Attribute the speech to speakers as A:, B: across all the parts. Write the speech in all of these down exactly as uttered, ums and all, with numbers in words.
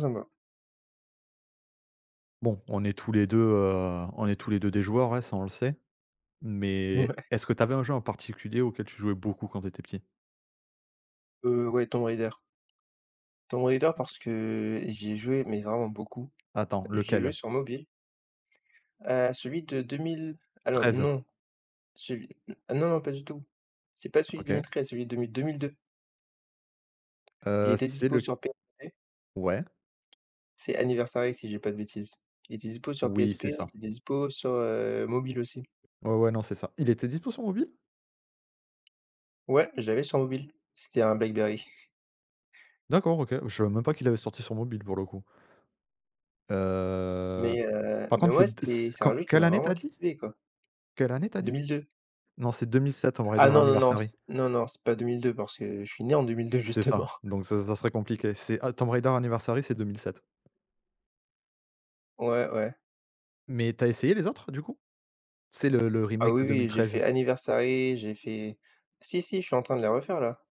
A: Ça me va.
B: Bon, on est tous les deux, heu, on est tous les deux des joueurs, ouais, ça on le sait. Mais
A: Ouais.
B: est-ce que tu avais un jeu en particulier auquel tu jouais beaucoup quand tu étais petit?
A: Heu, ouais, Tomb Raider. Tomb Raider parce que j'y ai joué, mais vraiment beaucoup.
B: Attends,
A: J'y ai joué
B: lequel?
A: sur mobile, heu, celui de deux mille alors
B: Treize.
A: non, celui ah non, non, pas du tout. C'est pas celui de
B: OK.
A: deux mille treize, celui de mi deux mille deux. Il
B: Heu,
A: était
B: c'est
A: dispo
B: le
A: sur P S P,
B: Ouais,
A: c'est Anniversary si j'ai pas de bêtises. Il était dispo sur
B: oui,
A: P S P,
B: c'est
A: il
B: ça.
A: était dispo sur, heu, mobile aussi.
B: Ouais, ouais, non, c'est ça. Il était dispo sur mobile?
A: Ouais, je l'avais sur mobile. C'était un BlackBerry.
B: D'accord, OK. Je savais même pas qu'il avait sorti sur mobile pour le coup. Heu,
A: Mais heu,
B: Par
A: mais
B: contre,
A: ouais,
B: c'est
A: c'était
B: c'est
A: c'est
B: quand
A: un jeu qui
B: quelle
A: m'a
B: année
A: vraiment
B: t'as dit?
A: captivé, quoi.
B: Quelle année t'as dit?
A: deux mille deux.
B: Non, c'est deux mille sept Tomb
A: Ah
B: Raider
A: non, non, non, c
B: Anniversary.
A: non, non, c'est pas deux mille deux parce que je suis né en deux mille deux
B: C'est ça,
A: justement.
B: donc ça ça serait compliqué. C'est ah, Tomb Raider Anniversary, c'est deux mille sept.
A: Ouais, ouais.
B: Mais t'as essayé les autres, du coup? C'est le le
A: Ah
B: remake
A: oui,
B: de
A: oui, j'ai
B: deux mille treize.
A: fait Anniversary, j'ai fait si, si, je suis en train de les refaire là.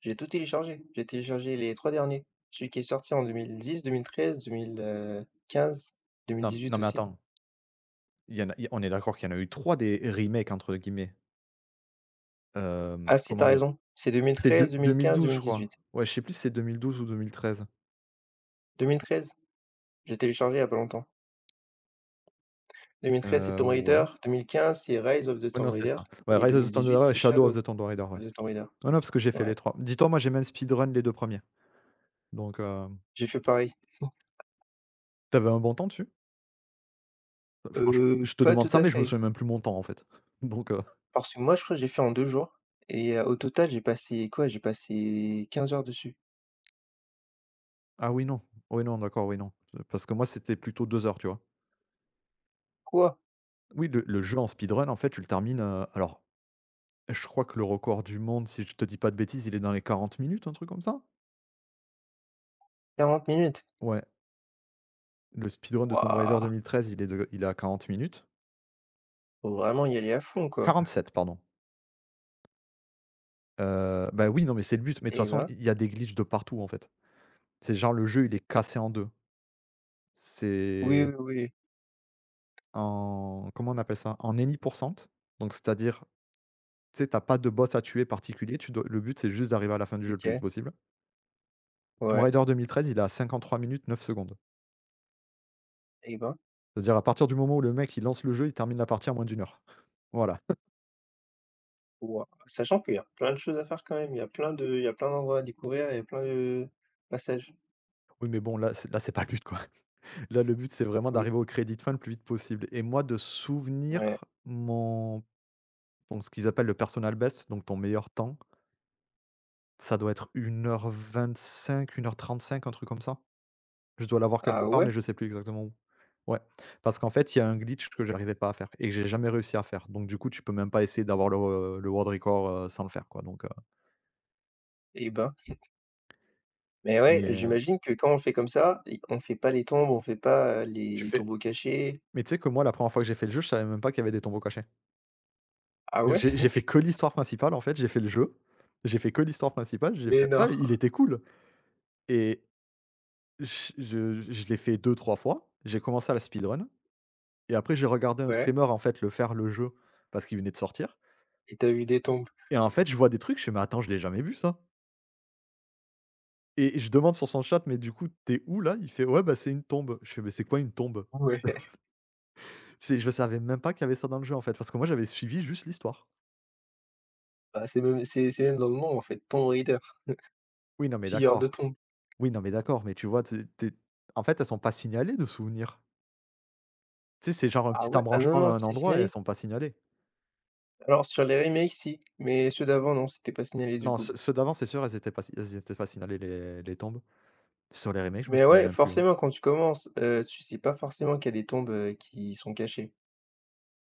A: J'ai tout téléchargé. J'ai téléchargé les trois derniers. Celui qui est sorti en deux mille dix-deux mille treize-deux mille quinze,
B: Non,
A: deux mille dix-huit
B: non mais
A: aussi.
B: attends, il y en a il on est d'accord qu'il y en a eu trois des «remakes» entre guillemets. Hem,
A: Ah si,
B: comment
A: t'as
B: dire?
A: raison, c'est
B: C'est de deux mille douze je
A: deux mille treize-deux mille quinze-deux mille dix-huit.
B: crois. Ouais, je sais plus si c'est deux mille douze ou deux mille treize.
A: deux mille treize, j'ai téléchargé il y a pas longtemps. deux mille treize, c'est
B: Heu,
A: Tomb
B: ouais.
A: Raider, deux mille quinze, c'est Rise of the
B: Ouais,
A: Tomb
B: non, c'est
A: Raider
B: ça. Ouais,
A: et
B: Rise of the Tomb
A: deux mille dix-huit,
B: Raider et
A: c'est
B: Shadow of
A: Shadow
B: the Tomb Raider, ouais.
A: of the Tomb Raider.
B: Non, non, parce que j'ai fait les
A: Ouais,
B: trois. Dis-toi, moi, j'ai même speedrun les deux premiers. Donc, heu,
A: j'ai fait pareil.
B: tu un bon temps dessus? Heu, franchement,
A: Heu,
B: je te
A: pas tout
B: demande ça,
A: à
B: mais je me
A: fait,
B: souviens même plus mon temps, en fait. Donc heu
A: parce que moi je crois que j'ai fait en deux jours et heu, au total j'ai passé quoi? J'ai passé quinze heures dessus.
B: ah oui, non. Oui, non, d'accord, oui, non. Parce que moi, c'était plutôt deux heures, tu vois?
A: Quoi?
B: Oui, le le jeu en speedrun, en fait, tu le termines, heu, alors. Je crois que le record du monde, si je te dis pas de bêtises, il est dans les quarante minutes, un truc comme ça?
A: Quarante minutes?
B: Ouais, le speedrun de Tomb Raider
A: Waouh!
B: deux mille treize, il est de il est à quarante minutes.
A: Faut vraiment y aller à fond, quoi.
B: Sept, pardon. Heu, bah, oui, non, mais c'est le but, mais de toute
A: Eh
B: façon,
A: ben,
B: il y a des glitches de partout, en fait. C'est genre le jeu, il est cassé en deux.
A: oui, oui,
B: C'est
A: oui,
B: en Comment on appelle ça? En Any%, donc c'est-à-dire, tu sais, t'as pas de boss à tuer particulier, tu dois le but, c'est juste d'arriver à la fin du jeu le plus vite
A: OK,
B: possible. Tomb
A: ouais,
B: Raider deux mille treize, il est à trois minutes neuf secondes.
A: eh ben,
B: C'est-à-dire à partir du moment où le mec, il lance le jeu, il termine la partie en moins d'une heure. Voilà.
A: waouh! Sachant qu'il y a plein de choses à faire quand même, il y a plein de il y a plein d'endroits à découvrir, il y a plein de passages.
B: Oui, mais bon, là, c'est là, c'est pas le but, quoi. Là, le but, c'est vraiment
A: Oui,
B: d'arriver au crédit de fin le plus vite possible. Et moi, de
A: ouais.
B: souvenir, mon donc ce qu'ils appellent le personal best, donc ton meilleur temps, ça doit être une une heure vingt-cinq, une heure vingt cinq trente cinq un truc comme ça. Je dois l'avoir quelque
A: Ah
B: part,
A: ouais?
B: mais je sais plus exactement où. Ouais, parce qu'en fait, il y a un glitch que j'arrivais pas à faire et que j'ai jamais réussi à faire. Donc du coup, tu peux même pas essayer d'avoir le, heu, le world record, heu, sans le faire, quoi. Donc, heu,
A: Eh ben, mais ouais,
B: mais, heu,
A: j'imagine que quand on fait comme ça, on fait pas les tombes, on fait pas, heu, les
B: tu
A: les
B: fais
A: tombeaux cachés.
B: mais tu sais que moi, la première fois que j'ai fait le jeu, je savais même pas qu'il y avait des tombeaux cachés.
A: Ah ouais?
B: J'ai j'ai fait que l'histoire principale, en fait, j'ai fait le jeu, j'ai fait que l'histoire principale, j'ai
A: Mais
B: fait:
A: non,
B: «Ah, il était cool» et j je je l'ai fait deux trois fois, j'ai commencé à la speedrun et après j'ai regardé un
A: ouais.
B: streamer, en fait, le faire, le jeu, parce qu'il venait de sortir
A: Et t'as as eu des tombes?
B: et en fait, je vois des trucs, je fais: «Mais attends, je l'ai jamais vu ça» et je demande sur son chat: «Mais du coup, tu es où là?» il fait: «Ouais, bah, c'est une tombe». Je fais: «Mais c'est quoi une tombe?»
A: Ouais,
B: C'est Je savais même pas qu'il y avait ça dans le jeu, en fait, parce que moi, j'avais suivi juste l'histoire.
A: bah, c'est même c'est c'est même dans le nom en fait, Tomb Raider,
B: Oui, non, mais
A: pilleur de
B: d'accord.
A: tombes.
B: Oui, non, mais d'accord, mais tu vois, tu es tu es en fait, elles sont pas signalées de souvenirs. Tu sais, c'est genre un
A: Ah
B: petit
A: ouais? Ah non,
B: embranchement à
A: non,
B: un
A: c'est
B: endroit et elles
A: signalé.
B: sont pas signalées.
A: Alors sur les remakes si, mais ceux d'avant non, c'était pas signalé du
B: Non,
A: coup.
B: ceux ceux d'avant, c'est sûr, elles étaient pas si elles étaient pas signalées les les tombes. Sur les remakes, je me
A: Mais
B: souviens
A: ouais,
B: même plus, hein.
A: forcément quand tu commences, heu, tu sais pas forcément qu'il y a des tombes, heu, qui sont cachées.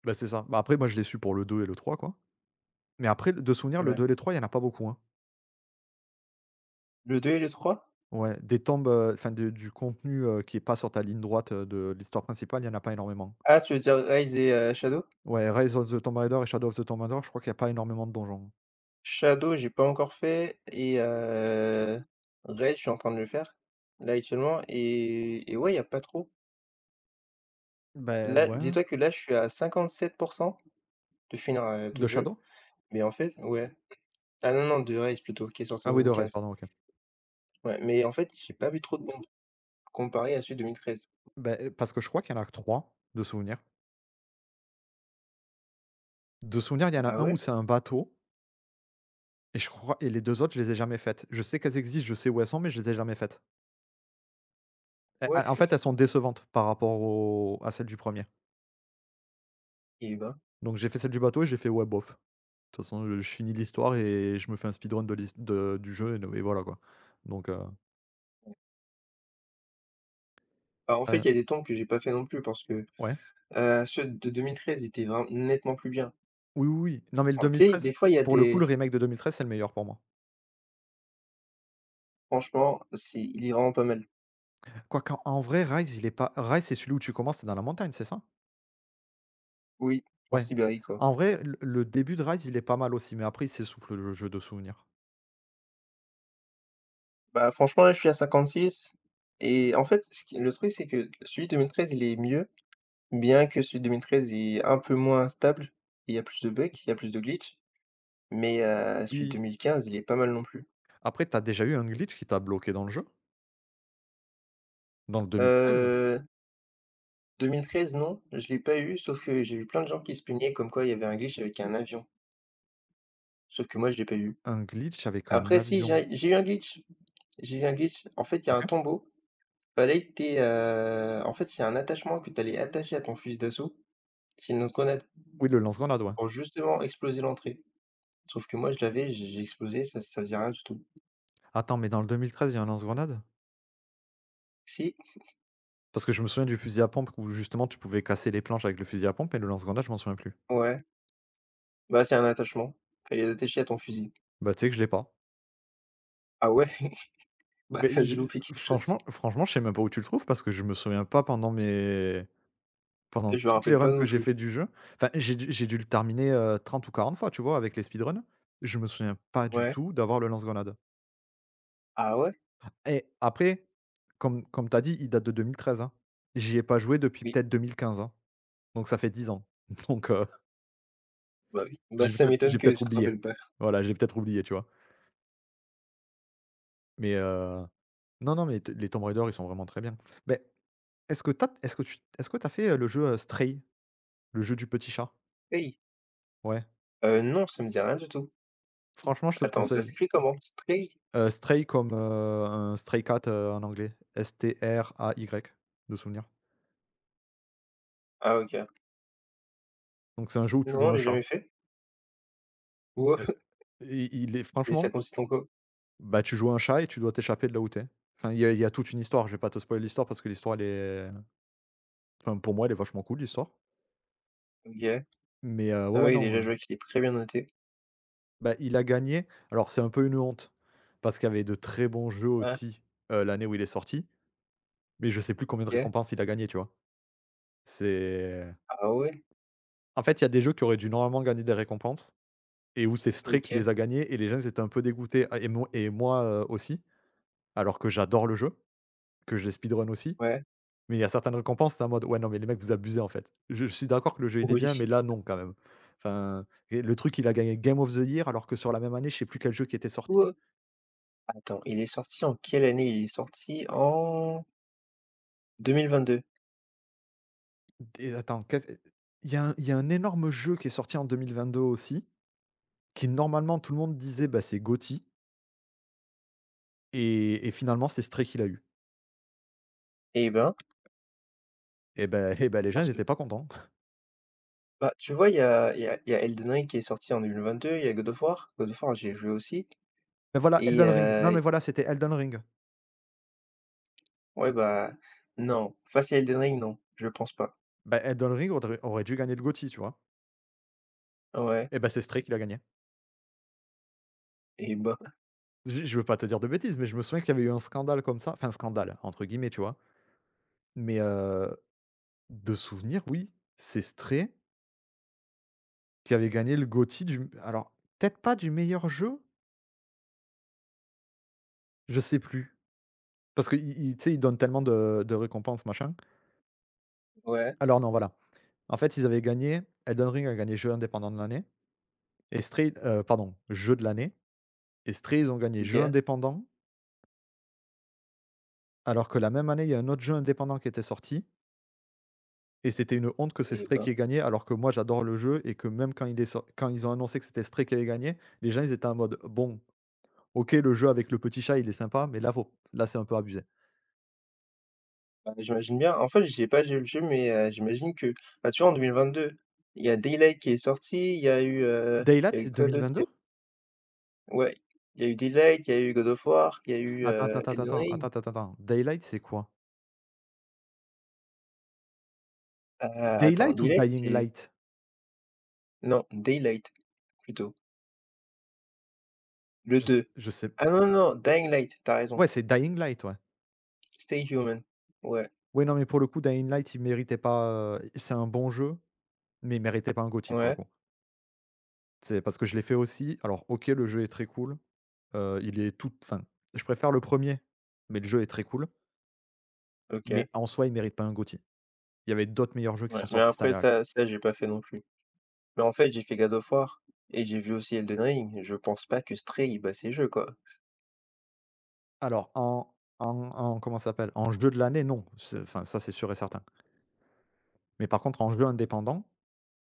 B: Bah, c'est ça. Bah, après, moi, je l'ai su pour le deux et le trois quoi. Mais après, de souvenir, le
A: Ouais.
B: deux et le trois il y en a pas beaucoup, hein.
A: Le deux et le trois.
B: Ouais, des tombes, heu, enfin de du contenu, heu, qui est pas sur ta ligne droite, heu, de l'histoire principale, il y en a pas énormément.
A: Ah, tu veux dire Rise et, heu, Shadow?
B: Ouais, Rise of the Tomb Raider et Shadow of the Tomb Raider, je crois qu'il y a pas énormément de donjons.
A: Shadow, j'ai pas encore fait et, heu, Rise, je suis en train de le faire, là actuellement, et et ouais, il y a pas trop.
B: Beh,
A: Là,
B: ouais.
A: dis-toi que là, je suis à cinquante-sept pour cent. De finir, heu, tout
B: De
A: le jeu?
B: Shadow?
A: Mais en fait, ouais. Ah non, non, de Rise plutôt, qui est sorti
B: Ah
A: en
B: oui, de Rise,
A: deux mille quinze.
B: pardon, OK.
A: Ouais, mais en fait, j'ai pas vu trop de bombes, comparé à celui de deux mille treize.
B: Beh, parce que je crois qu'il y en a que trois de souvenirs. De souvenirs il y en
A: Ah
B: a un où
A: ouais?
B: c'est un bateau. Et je crois et les deux autres, je les ai jamais faites. Je sais qu'elles existent, je sais où elles sont, mais je les ai jamais faites. Elles
A: Ouais,
B: a En fait, elles sont décevantes par rapport au à celle du premier.
A: et ben.
B: Donc j'ai fait celle du bateau et j'ai fait: «Ouais, bof». De toute façon, heu, je finis l'histoire et je me fais un speedrun de l'his de du jeu et no et voilà quoi. Donc heu
A: Bah, en fait, il
B: heu,
A: y a des temps que j'ai pas fait non plus parce que,
B: ouais.
A: heu, ceux de deux mille treize étaient vraiment nettement plus bien.
B: Oui, oui, oui. Non, mais le
A: Alors tu sais, des
B: deux mille treize,
A: fois, il y a
B: pour le coup,
A: des
B: le remake de deux mille treize, c'est le meilleur pour moi.
A: franchement, c'est il est vraiment pas mal.
B: Quoique, en en vrai, Rise, il est pas Rise, c'est celui où tu commences, c'est dans la montagne, c'est ça?
A: Oui, en
B: Ouais.
A: Sibérie, quoi.
B: En vrai, le le début de Rise, il est pas mal aussi, mais après, il s'essouffle le jeu de souvenirs.
A: Bah, franchement, là, je suis à cinquante-six et en fait, ce qui le truc, c'est que celui de deux mille treize, il est mieux, bien que celui de deux mille treize est un peu moins stable, il y a plus de bugs, il y a plus de glitch. Mais heu, celui de deux
B: Oui.
A: mille quinze, il est pas mal non plus.
B: Après, t'as déjà eu un glitch qui t'a bloqué dans le jeu? Dans le deux mille treize?
A: Euh, Deux mille treize, non, je l'ai pas eu, sauf que j'ai vu plein de gens qui se plaignaient comme quoi il y avait un glitch avec un avion, sauf que moi je l'ai pas eu.
B: Un glitch avec un
A: Après si,
B: avion.
A: j'ai j'ai eu un glitch, j'ai eu un glitch. En fait, il y a un
B: OK.
A: tombeau, fallait que tu aies, en fait, c'est un attachement que tu allais attacher à ton fusil d'assaut. C'est une lance-grenade
B: Oui, le lance-grenade, ouais.
A: pour justement exploser l'entrée. Sauf que moi je l'avais, j'ai j'ai explosé, ça ça faisait rien du tout.
B: Attends, mais dans le deux mille treize, il y a un lance-grenade?
A: Si,
B: Parce que je me souviens du fusil à pompe où justement tu pouvais casser les planches avec le fusil à pompe, mais le lance-grenade, je m'en souviens plus.
A: ouais, bah, c'est un attachement, fallait l'attacher à ton fusil.
B: Bah, tu sais que je l'ai pas.
A: Ah ouais? Bah,
B: Mais
A: tu as dû
B: je
A: louper quelque chose.
B: Franchement, franchement, je sais même pas où tu le trouves parce que je me souviens pas pendant mes pendant
A: Je me
B: toutes les
A: rappelle pas
B: runs
A: non
B: que j'ai
A: plus.
B: fait du jeu. Enfin, j'ai dû j'ai dû le terminer, heu, trente ou quarante fois, tu vois, avec les speedruns. Je me souviens pas du
A: Ouais.
B: tout d'avoir le lance-grenade.
A: Ah ouais?
B: Et après, comme comme tu as dit, il date de deux mille treize, hein. J'y ai pas joué depuis
A: Oui.
B: peut-être vingt quinze, hein, donc ça fait dix ans. Donc heu,
A: Bah oui. Bah,
B: j'ai
A: ça
B: peut-être
A: m'étonne
B: j'ai
A: que
B: peut-être
A: tu te
B: oublié.
A: rappelles pas.
B: Voilà, j'ai peut-être oublié, tu vois? Mais, heu, non, non, mais t les Tomb Raider, ils sont vraiment très bien. Beh, est-ce que t'as, est-ce que tu est-ce que t'as fait, heu, le jeu, heu, Stray? Le jeu du petit chat?
A: Stray?
B: Ouais,
A: Heu, non, ça me dit rien du tout.
B: franchement, je te le
A: Attends, ça
B: conseille.
A: s'écrit comment? Stray?
B: Heu, Stray comme, heu, un stray cat, heu, en anglais. S T R A Y, de souvenir.
A: Ah, OK.
B: Donc c'est un jeu où tu
A: Non,
B: joues un
A: j'ai jamais
B: chat.
A: fait. Wow!
B: Heu, i il est
A: Mais ça
B: franchement.
A: consiste en quoi?
B: Bah, tu joues un chat et tu dois t'échapper de là où t'es. Enfin, il y a il y a toute une histoire, je vais pas te spoiler l'histoire parce que l'histoire elle est enfin pour moi elle est vachement cool l'histoire.
A: OK.
B: Mais heu, ouais,
A: Ah
B: ouais,
A: oui,
B: non,
A: déjà, je
B: heu,
A: vois qu'il est très bien noté.
B: bah, il a gagné. Alors c'est un peu une honte parce qu'il y avait de très bons jeux
A: Ah,
B: aussi, heu, l'année où il est sorti, mais je sais plus combien de
A: OK.
B: récompenses il a gagné, tu vois? C'est
A: Ah ouais?
B: En fait, il y a des jeux qui auraient dû normalement gagner des récompenses et où c'est Stray qui
A: OK.
B: les a gagnés et les gens ils étaient un peu dégoûtés, ah et mo et moi, heu, aussi, alors que j'adore le jeu, que j'ai speedrun aussi.
A: Ouais.
B: Mais il y a certaines récompenses, c'est en mode: «Ouais, non mais les mecs vous abusez en fait. Je je suis d'accord que le jeu il est
A: Oui.
B: bien, mais là non quand même». Enfin et le truc il a gagné Game of the Year alors que sur la même année, je sais plus quel jeu qui était sorti.
A: Wow! Attends, il est sorti en quelle année? Il est sorti en deux mille vingt deux.
B: Et attends, quel il y a un il y a un énorme jeu qui est sorti en deux mille vingt-deux aussi, qui normalement tout le monde disait: «Bah c'est Gotti et et finalement c'est Stray qui l'a eu.
A: Eh ben,
B: Et ben et ben les gens
A: parce
B: ils
A: que
B: étaient pas contents.
A: bah, tu vois, il y a il y a il y a Elden Ring qui est sorti en deux mille vingt-deux, il y a God of War. God of War, j'ai joué aussi
B: mais voilà
A: et,
B: Elden Ring. Non
A: heu,
B: mais voilà, c'était Elden Ring.
A: ouais, bah, non, face à Elden Ring, non, je pense pas.
B: Bah Elden Ring audrait aurait dû gagner le Gotti tu vois?
A: Ouais,
B: Et ben c'est Stray qui l'a gagné.
A: et ben
B: Je je veux pas te dire de bêtises, mais je me souviens qu'il y avait eu un scandale comme ça, enfin «scandale» entre guillemets, tu vois? Mais, heu, de souvenir, oui, c'est Stray qui avait gagné le G O T Y du alors peut-être pas du meilleur jeu? Je sais plus. Parce qu'ils Tu sais, ils donnent tellement de de récompenses machin.
A: ouais,
B: Alors non, voilà. En fait, ils avaient gagné Elden Ring a gagné jeu indépendant de l'année et Stray heu, pardon, jeu de l'année, et Stray, ils ont gagné jeu
A: OK,
B: indépendant, alors que la même année, il y a un autre jeu indépendant qui était sorti. Et c'était une honte que c'est
A: et
B: Stray
A: ben,
B: qui ait gagné, alors que moi j'adore le jeu. Et que même quand il est sor quand ils ont annoncé que c'était Stray qui avait gagné, les gens ils étaient en mode: «Bon, OK, le jeu avec le petit chat, il est sympa, mais là faut là c'est un peu abusé».
A: bah, j'imagine bien. En fait, j'ai pas joué le jeu mais, heu, j'imagine que bah, tu vois, en deux mille vingt-deux, il y a Daylight qui est sorti, il y a eu, heu, il
B: Daylight,
A: y a
B: c'est
A: eu quoi d'autre? Il y a
B: deux mille vingt-deux?
A: ouais, il y a eu Daylight, il y a eu God of War, il y a eu,
B: Attends,
A: heu,
B: attends, attends,
A: Elden
B: attends,
A: Ring.
B: attends, attends, attends. Daylight, c'est quoi?
A: Heu, attends,
B: Daylight ou
A: Daylight,
B: Dying
A: c'est
B: Light?
A: non, Daylight plutôt. Le
B: Je s
A: deux.
B: je sais
A: Ah non, non, non, Dying Light, t'as raison.
B: Ouais, c'est Dying Light, ouais.
A: Stay Human. Ouais,
B: Ouais, non, mais pour le coup, Dying Light, il méritait pas, heu, c'est un bon jeu, mais il méritait pas un goty pour le
A: ouais,
B: coup. C'est parce que je l'ai fait aussi. Alors OK, le jeu est très cool, heu, il est tout enfin, je préfère le premier, mais le jeu est très cool,
A: OK,
B: mais en soi, il mérite pas un goty. Il y avait d'autres meilleurs jeux qui
A: ouais,
B: sont
A: mais
B: sortis cette
A: après
B: année-là, quoi.
A: ça ça j'ai pas fait non plus. Mais en fait, j'ai fait God of War et j'ai vu aussi Elden Ring, je pense pas que Stray, il bat ces jeux, quoi.
B: Alors en en en comment ça s'appelle? En jeu de l'année, non, c'est enfin, ça, c'est sûr et certain. Mais par contre, en jeu indépendant,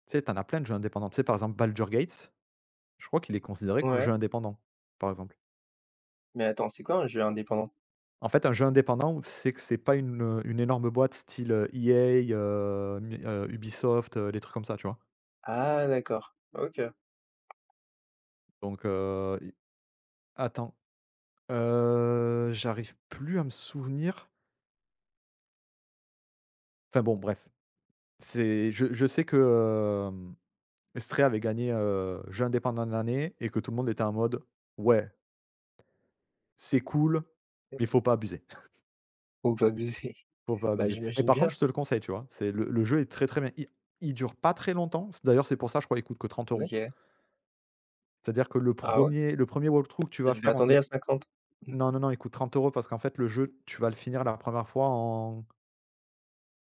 B: tu sais, t'en as plein de jeux indépendants. Tu sais, par exemple, Baldur Gates, je crois qu'il est considéré comme
A: Ouais,
B: jeu indépendant, par exemple.
A: mais attends, c'est quoi un jeu indépendant?
B: En fait, un jeu indépendant, c'est que c'est pas une, une énorme boîte style, heu, E A, heu, mi heu, Ubisoft, heu, des trucs comme ça, tu vois?
A: Ah d'accord, OK.
B: Donc heu, i attends, heu, j'arrive plus à me souvenir. Enfin bon, bref, c'est je je sais que, hem, Stray avait gagné, heu, jeu indépendant de l'année, et que tout le monde était en mode: «Ouais, c'est cool, mais faut pas abuser,
A: Faut pas abuser.
B: faut pas
A: Bah,
B: abuser». Mais
A: j'imagine
B: par
A: bien.
B: contre, je te le conseille, tu vois? C'est le le jeu est très, très bien. Il il dure pas très longtemps. C'est d'ailleurs, c'est pour ça, je crois, il coûte que trente euros.
A: OK.
B: C'est-à-dire que le
A: Ah ouais?
B: premier le premier walkthrough que tu vas
A: Je
B: faire en
A: m'attendais
B: dé
A: à cinquante.
B: non, non, non, il coûte trente euros parce qu'en fait, le jeu, tu vas le finir la première fois en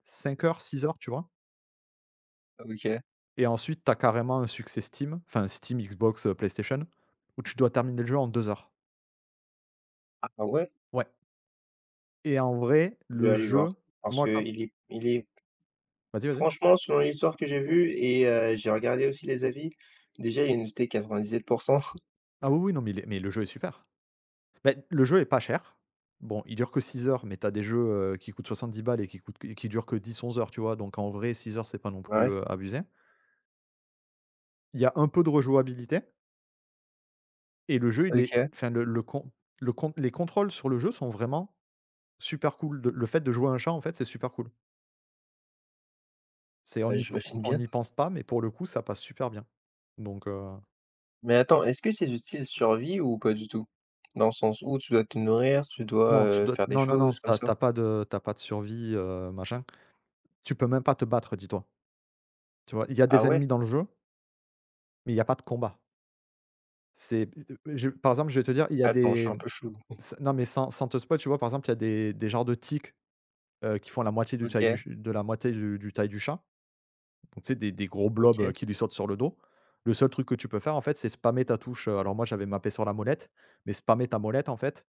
B: cinq heures, six heures, tu vois?
A: OK.
B: Et ensuite, tu as carrément un succès Steam, enfin Steam, Xbox, heu, PlayStation, où tu dois terminer le jeu en deux heures.
A: Ah ouais?
B: Ouais. Et en vrai,
A: Je vais
B: le
A: aller voir
B: jeu,
A: parce
B: moi
A: que
B: quand
A: il est il est
B: vas-y, vas-y.
A: franchement, selon l'histoire que j'ai vue et, heu, j'ai regardé aussi les avis, déjà il est noté quatre-vingt-dix-sept.
B: Ah oui, oui, non, mais il est mais le jeu est super. Ben le jeu est pas cher. Bon, il dure que six heures, mais tu as des jeux, heu, qui coûtent soixante-dix balles et qui coûtent et qui durent que dix, onze heures, tu vois? Donc en vrai, six heures, c'est pas non plus,
A: Ouais,
B: heu, abusé. Il y a un peu de rejouabilité et le jeu, il est
A: OK,
B: enfin le le con le con les contrôles sur le jeu sont vraiment super cool. De le fait de jouer à un chat, en fait, c'est super cool. C'est on
A: bah,
B: n'y p
A: j'imagine
B: on
A: bien.
B: n'y pense pas, mais pour le coup, ça passe super bien. Donc, heu,
A: Mais attends, est-ce que c'est du style survie ou pas du tout? Dans le sens où tu dois te nourrir, tu dois,
B: non, tu
A: heu,
B: dois
A: faire des
B: non, non, non,
A: choses comme
B: t'as
A: ça?
B: t'as pas de t'as pas de survie, heu, machin. Tu peux même pas te battre, dis-toi. Tu vois? Il y a
A: Ah
B: des ennemis
A: ouais?
B: dans le jeu, mais il y a pas de combat. C'est je par exemple, je vais te dire, il y a
A: Attends, je suis
B: des
A: un
B: mmh,
A: peu flou.
B: s non, mais sans sans te spoil, tu vois, par exemple, il y a des des genres de tiques, heu, qui font la moitié du taille du
A: OK,
B: ch de la moitié du du taille du chat. Donc, tu sais, des des gros blobs, euh,
A: OK.
B: qui lui sautent sur le dos. Le seul truc que tu peux faire, en fait, c'est spammer ta touche, heu, alors moi, j'avais mappé sur la molette, mais spammer ta molette, en fait,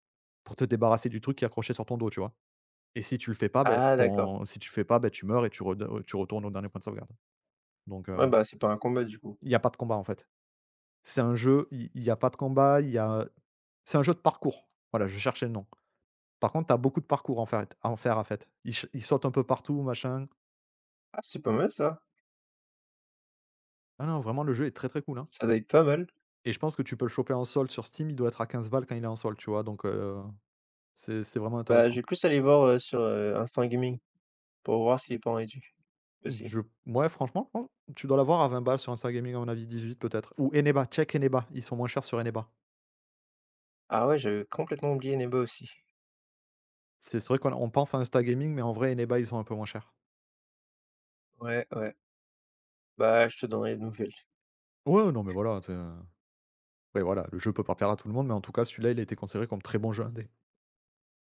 B: pour te débarrasser du truc qui est accroché sur ton dos, tu vois? Et si tu le fais pas, beh,
A: Ah d'accord.
B: ton si tu le fais pas, beh, tu meurs et tu rede tu retournes au dernier point de sauvegarde. Donc, heu,
A: Ouais, bah, c'est pas un combat du coup.
B: il y a pas de combat, en fait. C'est un jeu, il il y a pas de combat, il y a c'est un jeu de parcours. Voilà, je cherchais le nom. Par contre, tu as beaucoup de parcours en fait à en faire, en fait. Ils ch ils sautent un peu partout, machin.
A: Ah, c'est pas mal ça.
B: Ah non, vraiment, le jeu est très, très cool, hein.
A: Ça doit être pas mal.
B: Et je pense que tu peux le choper en solde sur Steam, il doit être à quinze balles quand il est en solde, tu vois? Donc heu, c'est c'est vraiment
A: Bah, je
B: intéressant.
A: vais plus aller voir, heu, sur, heu, Instant Gaming pour voir s'il est pas en réduit, aussi.
B: Je ouais, franchement, je pense tu dois l'avoir à vingt balles sur Instagaming, à mon avis dix-huit peut-être, ou Eneba, check Eneba, ils sont moins chers sur Eneba.
A: Ah ouais, j'avais complètement oublié Neba aussi.
B: C'est c'est vrai qu'on on pense à Instagaming, mais en vrai Eneba, ils sont un peu moins chers.
A: Ouais, ouais. Bah, je te donnerai des nouvelles.
B: Ouais, non, mais voilà, tu sais, voilà, le jeu peut pas plaire à tout le monde, mais en tout cas celui-là, il a été considéré comme très bon jeu indé.